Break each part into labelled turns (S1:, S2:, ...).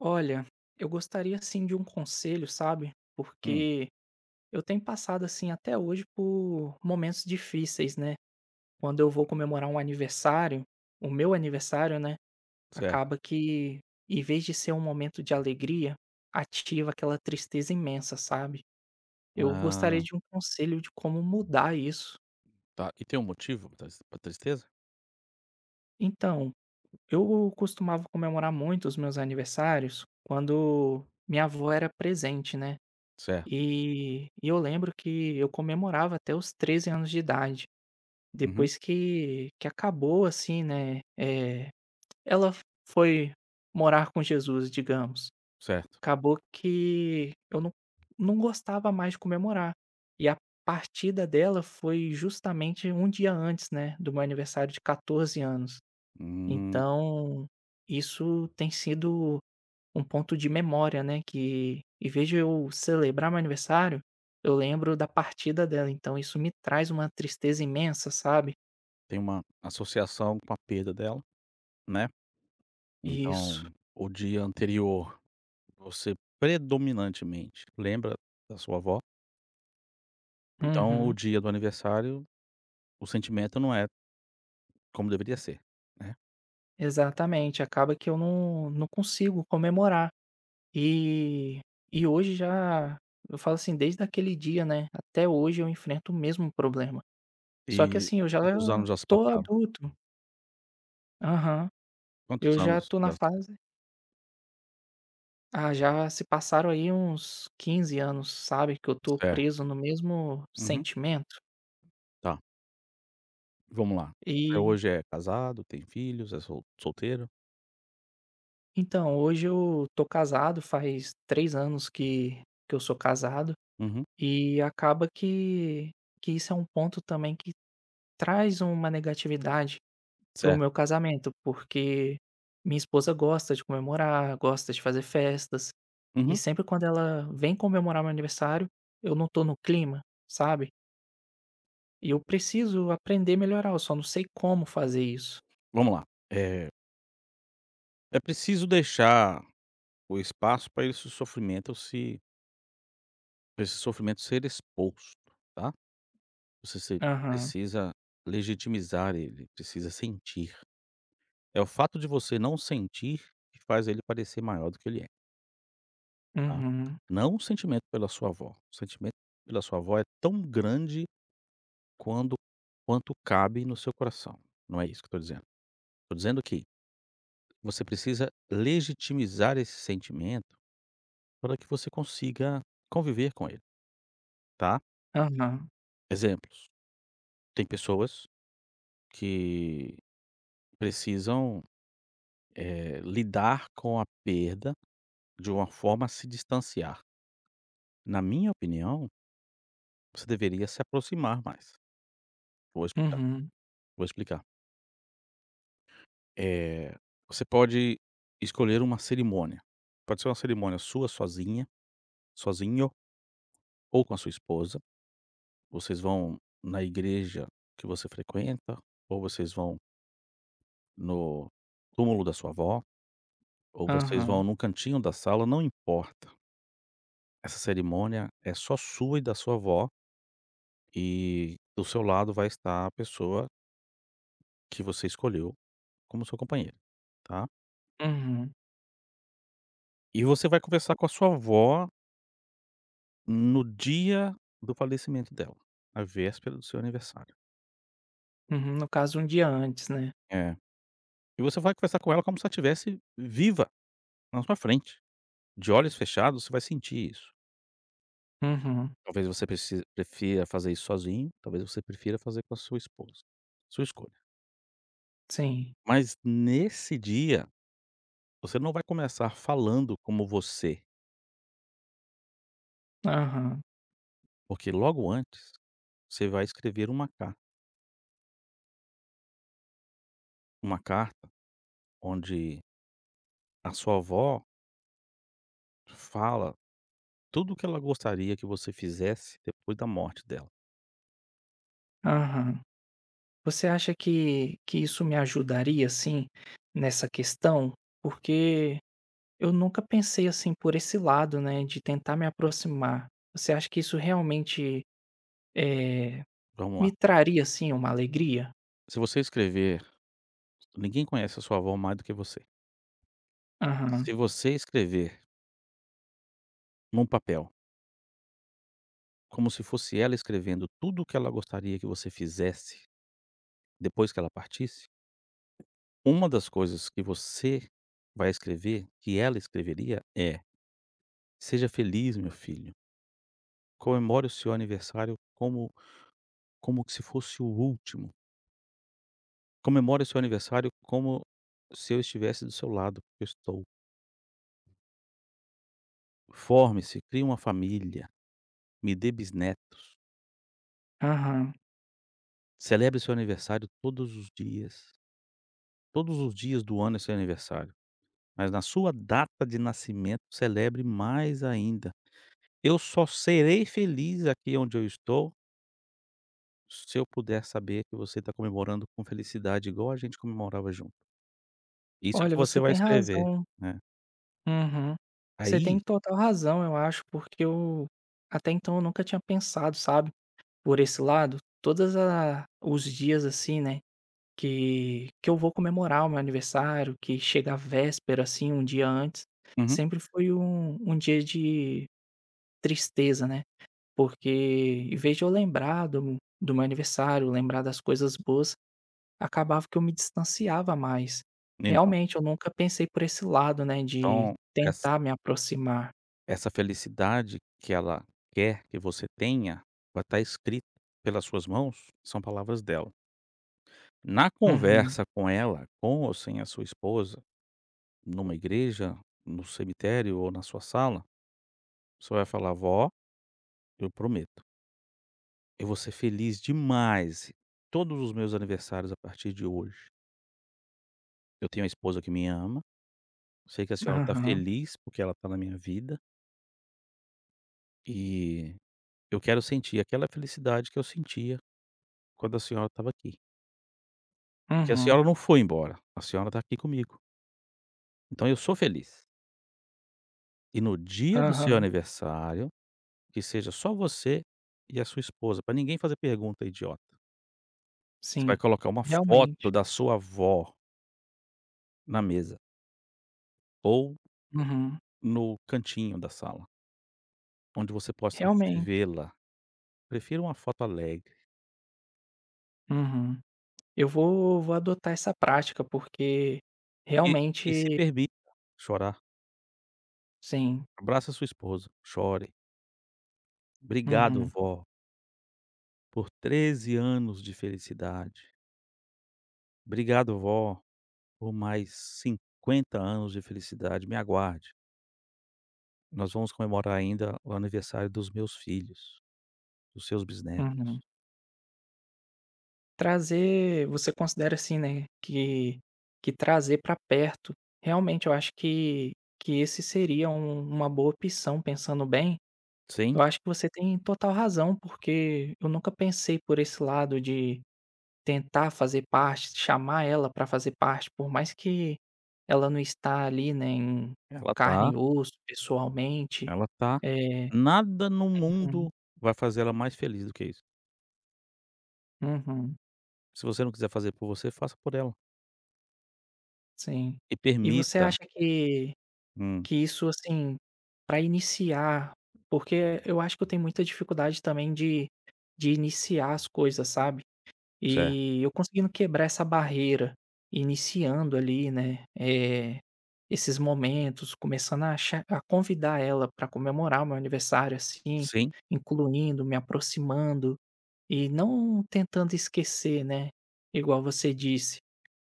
S1: Olha, eu gostaria assim de um conselho, sabe?
S2: Hum,
S1: Porque eu tenho passado assim até hoje por momentos difíceis, né? Quando eu vou comemorar um aniversário, o meu aniversário, né?
S2: certo.
S1: Acaba que, em vez de ser um momento de alegria, ativa aquela tristeza imensa, sabe? Eu gostaria
S2: Ah,
S1: de um conselho de como mudar isso.
S2: tá. E tem um motivo pra tristeza?
S1: Então, eu costumava comemorar muito os meus aniversários quando minha avó era presente, né?
S2: Certo.
S1: E eu lembro que eu comemorava até os 13 anos de idade.
S2: Uhum,
S1: Depois que acabou, assim, né, ela f foi morar com Jesus, digamos.
S2: certo.
S1: Acabou que eu não gostava mais de comemorar. E a partida dela foi justamente um dia antes, né, do meu aniversário de 14 anos.
S2: Hum,
S1: Então, isso tem sido um ponto de memória, né, que em vez de eu celebrar meu aniversário, eu lembro da partida dela, então isso me traz uma tristeza imensa, sabe.
S2: tem uma associação com a perda dela, né.
S1: Isso.
S2: Então, o dia anterior, você predominantemente lembra da sua avó, então o
S1: Uhum.
S2: dia do aniversário, o sentimento não é como deveria ser, né.
S1: Exatamente, acaba que eu não consigo comemorar. E e hoje já eu falo assim, desde aquele dia, né, até hoje eu enfrento o mesmo problema. Só que
S2: E
S1: assim, eu já
S2: quantos anos já se
S1: tô
S2: passaram?
S1: adulto. Aham.
S2: Quantos
S1: Eu já
S2: anos
S1: tô na
S2: já se
S1: fase. Ah, já se passaram aí uns 15 anos, sabe, que eu tô
S2: certo.
S1: preso no mesmo
S2: Uhum.
S1: sentimento.
S2: Tá, vamos lá. Você
S1: E
S2: hoje é casado, tem filhos, é solteiro?
S1: então, hoje eu tô casado, faz 3 anos que eu sou casado,
S2: Uhum,
S1: e acaba que isso é um ponto também que traz uma negatividade para o
S2: certo.
S1: meu casamento, porque minha esposa gosta de comemorar, gosta de fazer festas, e
S2: Uhum.
S1: sempre quando ela vem comemorar meu aniversário, eu não tô no clima, sabe? E eu preciso aprender a melhorar, eu só não sei como fazer isso.
S2: Vamos lá. Eh, é preciso deixar o espaço para esse sofrimento se pra esse sofrimento ser exposto, tá. Você se
S1: Aham.
S2: precisa legitimizar ele, precisa sentir. É o fato de você não sentir que faz ele parecer maior do que ele é, tá.
S1: Uhum.
S2: Não o sentimento pela sua avó, o sentimento pela sua avó é tão grande quando quanto cabe no seu coração, não é isso que eu estou dizendo. Estou dizendo que você precisa legitimizar esse sentimento para que você consiga conviver com ele, tá?
S1: Aham.
S2: Exemplos: tem pessoas que precisam, lidar com a perda de uma forma a se distanciar. Na minha opinião, você deveria se aproximar mais. Vou explicar,
S1: Uhum.
S2: vou explicar. Eh, você pode escolher uma cerimônia. Pode ser uma cerimônia sua sozinha, sozinho ou com a sua esposa. Vocês vão na igreja que você frequenta ou vocês vão no túmulo da sua avó. Ou vocês vão
S1: Aham.
S2: num cantinho da sala, não importa. Essa cerimônia é só sua e da sua avó, e do seu lado vai estar a pessoa que você escolheu como sua companheira, tá.
S1: Uhum.
S2: E você vai conversar com a sua avó no dia do falecimento dela, a véspera do seu aniversário.
S1: Uhum. No caso, um dia antes, né.
S2: É. E você vai conversar com ela como se ela estivesse viva na sua frente. De olhos fechados, você vai sentir isso.
S1: Uhum.
S2: Talvez você preci prefira fazer isso sozinho, talvez você prefira fazer com a sua esposa. Sua escolha.
S1: Sim.
S2: Mas nesse dia, você não vai começar falando como você,
S1: Aham.
S2: porque logo antes você vai escrever uma carta onde a sua avó fala tudo o que ela gostaria que você fizesse depois da morte dela.
S1: Aham. Você acha que isso me ajudaria, assim, nessa questão? Porque eu nunca pensei, assim, por esse lado, né, de tentar me aproximar. Você acha que isso realmente, eh,
S2: Vamos
S1: me
S2: lá.
S1: traria, assim, uma alegria?
S2: Se você escrever, ninguém conhece a sua avó mais do que você.
S1: Aham.
S2: Se você escrever num papel, como se fosse ela escrevendo tudo o que ela gostaria que você fizesse depois que ela partisse, uma das coisas que você vai escrever, que ela escreveria, é: "Seja feliz, meu filho. Comemore o seu aniversário como que se fosse o último. Comemore o seu aniversário como se eu estivesse do seu lado, porque eu estou. Forme-se, crie uma família, me dê bisnetos.
S1: Aham.
S2: Celebre seu aniversário todos os dias. Todos os dias do ano é seu aniversário, mas na sua data de nascimento, celebre mais ainda. Eu só serei feliz aqui onde eu estou se eu puder saber que você está comemorando com felicidade igual a gente comemorava junto. Isso que
S1: Olha,
S2: você
S1: você
S2: vai
S1: tem
S2: escrever,
S1: razão.
S2: né.
S1: Uhum. Você tem
S2: Aí.
S1: total razão, eu acho, porque eu até então eu nunca tinha pensado, sabe, por esse lado. Todas a os dias, assim, né, que eu vou comemorar o meu aniversário, que chega a véspera, assim, um dia antes,
S2: Uhum.
S1: sempre foi um dia de tristeza, né, porque em vez de eu lembrar do meu aniversário, lembrar das coisas boas, acabava que eu me distanciava mais.
S2: Então
S1: Realmente, eu nunca pensei por esse lado, né, de
S2: então essa
S1: tentar me aproximar.
S2: essa felicidade que ela quer que você tenha, vai estar escrita pelas suas mãos, são palavras dela. Na
S1: Uhum.
S2: conversa com ela, com ou sem a sua esposa, numa igreja, no cemitério ou na sua sala, você vai falar: "Vó, eu prometo, eu vou ser feliz demais todos os meus aniversários a partir de hoje". Eu tenho uma esposa que me ama, sei que a senhora está
S1: Aham.
S2: feliz porque ela está na minha vida, e eu quero sentir aquela felicidade que eu sentia quando a senhora estava aqui. Porque a
S1: Uhum.
S2: senhora não foi embora, a senhora está aqui comigo, então eu sou feliz. E no dia do seu
S1: Aham.
S2: aniversário, que seja só você e a sua esposa, para ninguém fazer pergunta idiota. Você
S1: Sim.
S2: vai colocar uma
S1: Realmente.
S2: foto da sua avó na mesa ou
S1: Uhum.
S2: no cantinho da sala, onde você possa
S1: Realmente.
S2: vê-la. Prefiro uma foto alegre.
S1: Uhum. Eu vou adotar essa prática, porque
S2: E e se
S1: realmente
S2: permita chorar.
S1: sim.
S2: Abraça sua esposa, chore. "Obrigado,
S1: Uhum.
S2: vó, por 13 anos de felicidade. Obrigado, vó, por mais 50 anos de felicidade. Me aguarde. Nós vamos comemorar ainda o aniversário dos meus filhos, dos seus bisnetos".
S1: Uhum. Trazer você considera, assim, né, que trazer para perto, realmente eu acho que esse seria uma boa opção, pensando bem. Eu
S2: Sim,
S1: acho que você tem total razão, porque eu nunca pensei por esse lado de tentar fazer parte, chamar ela para fazer parte, por mais que ela não está ali, né, em
S2: ela
S1: carne
S2: tá
S1: e osso, pessoalmente.
S2: ela tá
S1: Eh
S2: nada no mundo
S1: uhum,
S2: vai fazer ela mais feliz do que isso.
S1: uhum,
S2: Se você não quiser fazer por você, faça por ela.
S1: sim.
S2: E
S1: E você
S2: permita.
S1: acha que
S2: Hum,
S1: que isso, assim, para iniciar, porque eu acho que eu tenho muita dificuldade também de iniciar as coisas, sabe?
S2: certo.
S1: E eu conseguindo quebrar essa barreira, iniciando ali, né, esses momentos, começando a convidar ela para comemorar o meu aniversário, assim,
S2: Sim,
S1: incluindo, me aproximando e não tentando esquecer, né, igual você disse,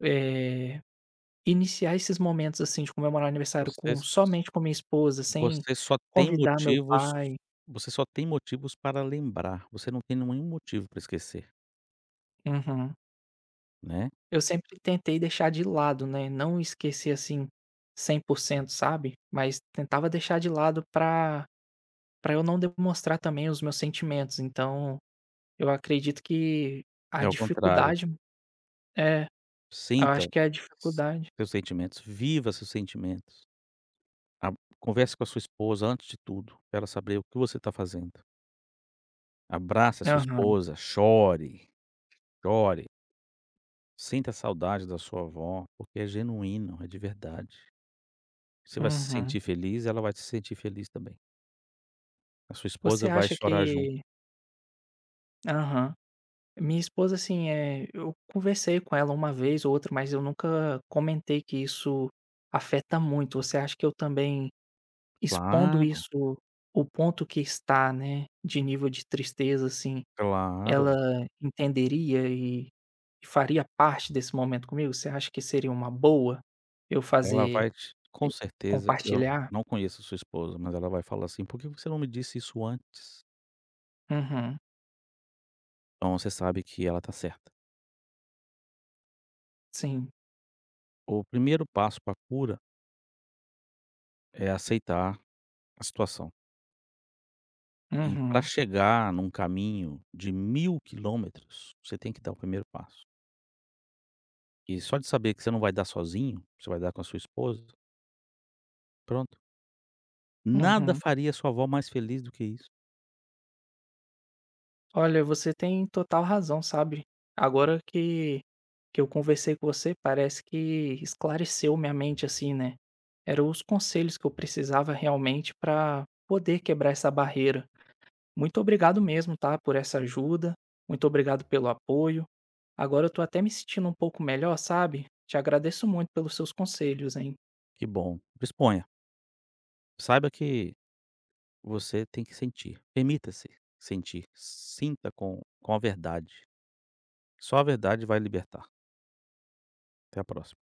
S1: eh, iniciar esses momentos, assim, de comemorar o aniversário com
S2: vocês
S1: somente com minha esposa, sem
S2: Você só tem
S1: convidar meu
S2: motivos
S1: pai.
S2: você só tem motivos para lembrar, você não tem nenhum motivo para esquecer,
S1: Uhum.
S2: né.
S1: Eu sempre tentei deixar de lado, né, não esquecer, assim, 100%, sabe, mas tentava deixar de lado pra eu não demonstrar também os meus sentimentos, então eu acredito que a
S2: É o contrário,
S1: dificuldade é, eu
S2: sinta
S1: acho que é a dificuldade.
S2: seus sentimentos, viva seus sentimentos, a converse com a sua esposa antes de tudo, para ela saber o que você está fazendo. Abrace a sua
S1: Aham,
S2: esposa, chore, chore, sinta a saudade da sua avó, porque é genuíno, é de verdade. Você vai se
S1: uhum.
S2: sentir feliz, ela vai se sentir feliz também. A sua
S1: Você
S2: esposa vai
S1: acha
S2: chorar junto.
S1: que aham. Minha esposa, assim, é. Eu conversei com ela uma vez ou outra, mas eu nunca comentei que isso afeta muito. Você acha que eu também expondo
S2: Claro,
S1: isso, o ponto que está, né, de nível de tristeza, assim,
S2: claro.
S1: ela entenderia e faria parte desse momento comigo? Você acha que seria uma boa eu
S2: Ela
S1: fazer
S2: vai te com certeza, eu
S1: compartilhar?
S2: não conheço a sua esposa, mas ela vai falar assim: "Por que você não me disse isso antes?".
S1: Uhum,
S2: Então você sabe que ela tá certa.
S1: sim.
S2: O primeiro passo pra cura é aceitar a situação. E pra
S1: Uhum,
S2: chegar num caminho de 1.000 quilômetros, você tem que dar o primeiro passo. E só de saber que você não vai dar sozinho, você vai dar com a sua esposa, pronto. Nada
S1: uhum.
S2: faria sua avó mais feliz do que isso.
S1: Olha, você tem total razão, sabe. Agora que eu conversei com você, parece que esclareceu minha mente, assim, né. Eram os conselhos que eu precisava realmente para poder quebrar essa barreira. Muito obrigado mesmo, tá, por essa ajuda. Muito obrigado pelo apoio. Agora eu tô até me sentindo um pouco melhor, sabe? Te agradeço muito pelos seus conselhos, hein?
S2: Que bom, disponha. Saiba que Você tem que sentir. Permita-se sentir. Sinta com a verdade. Só a verdade vai libertar. Até a próxima.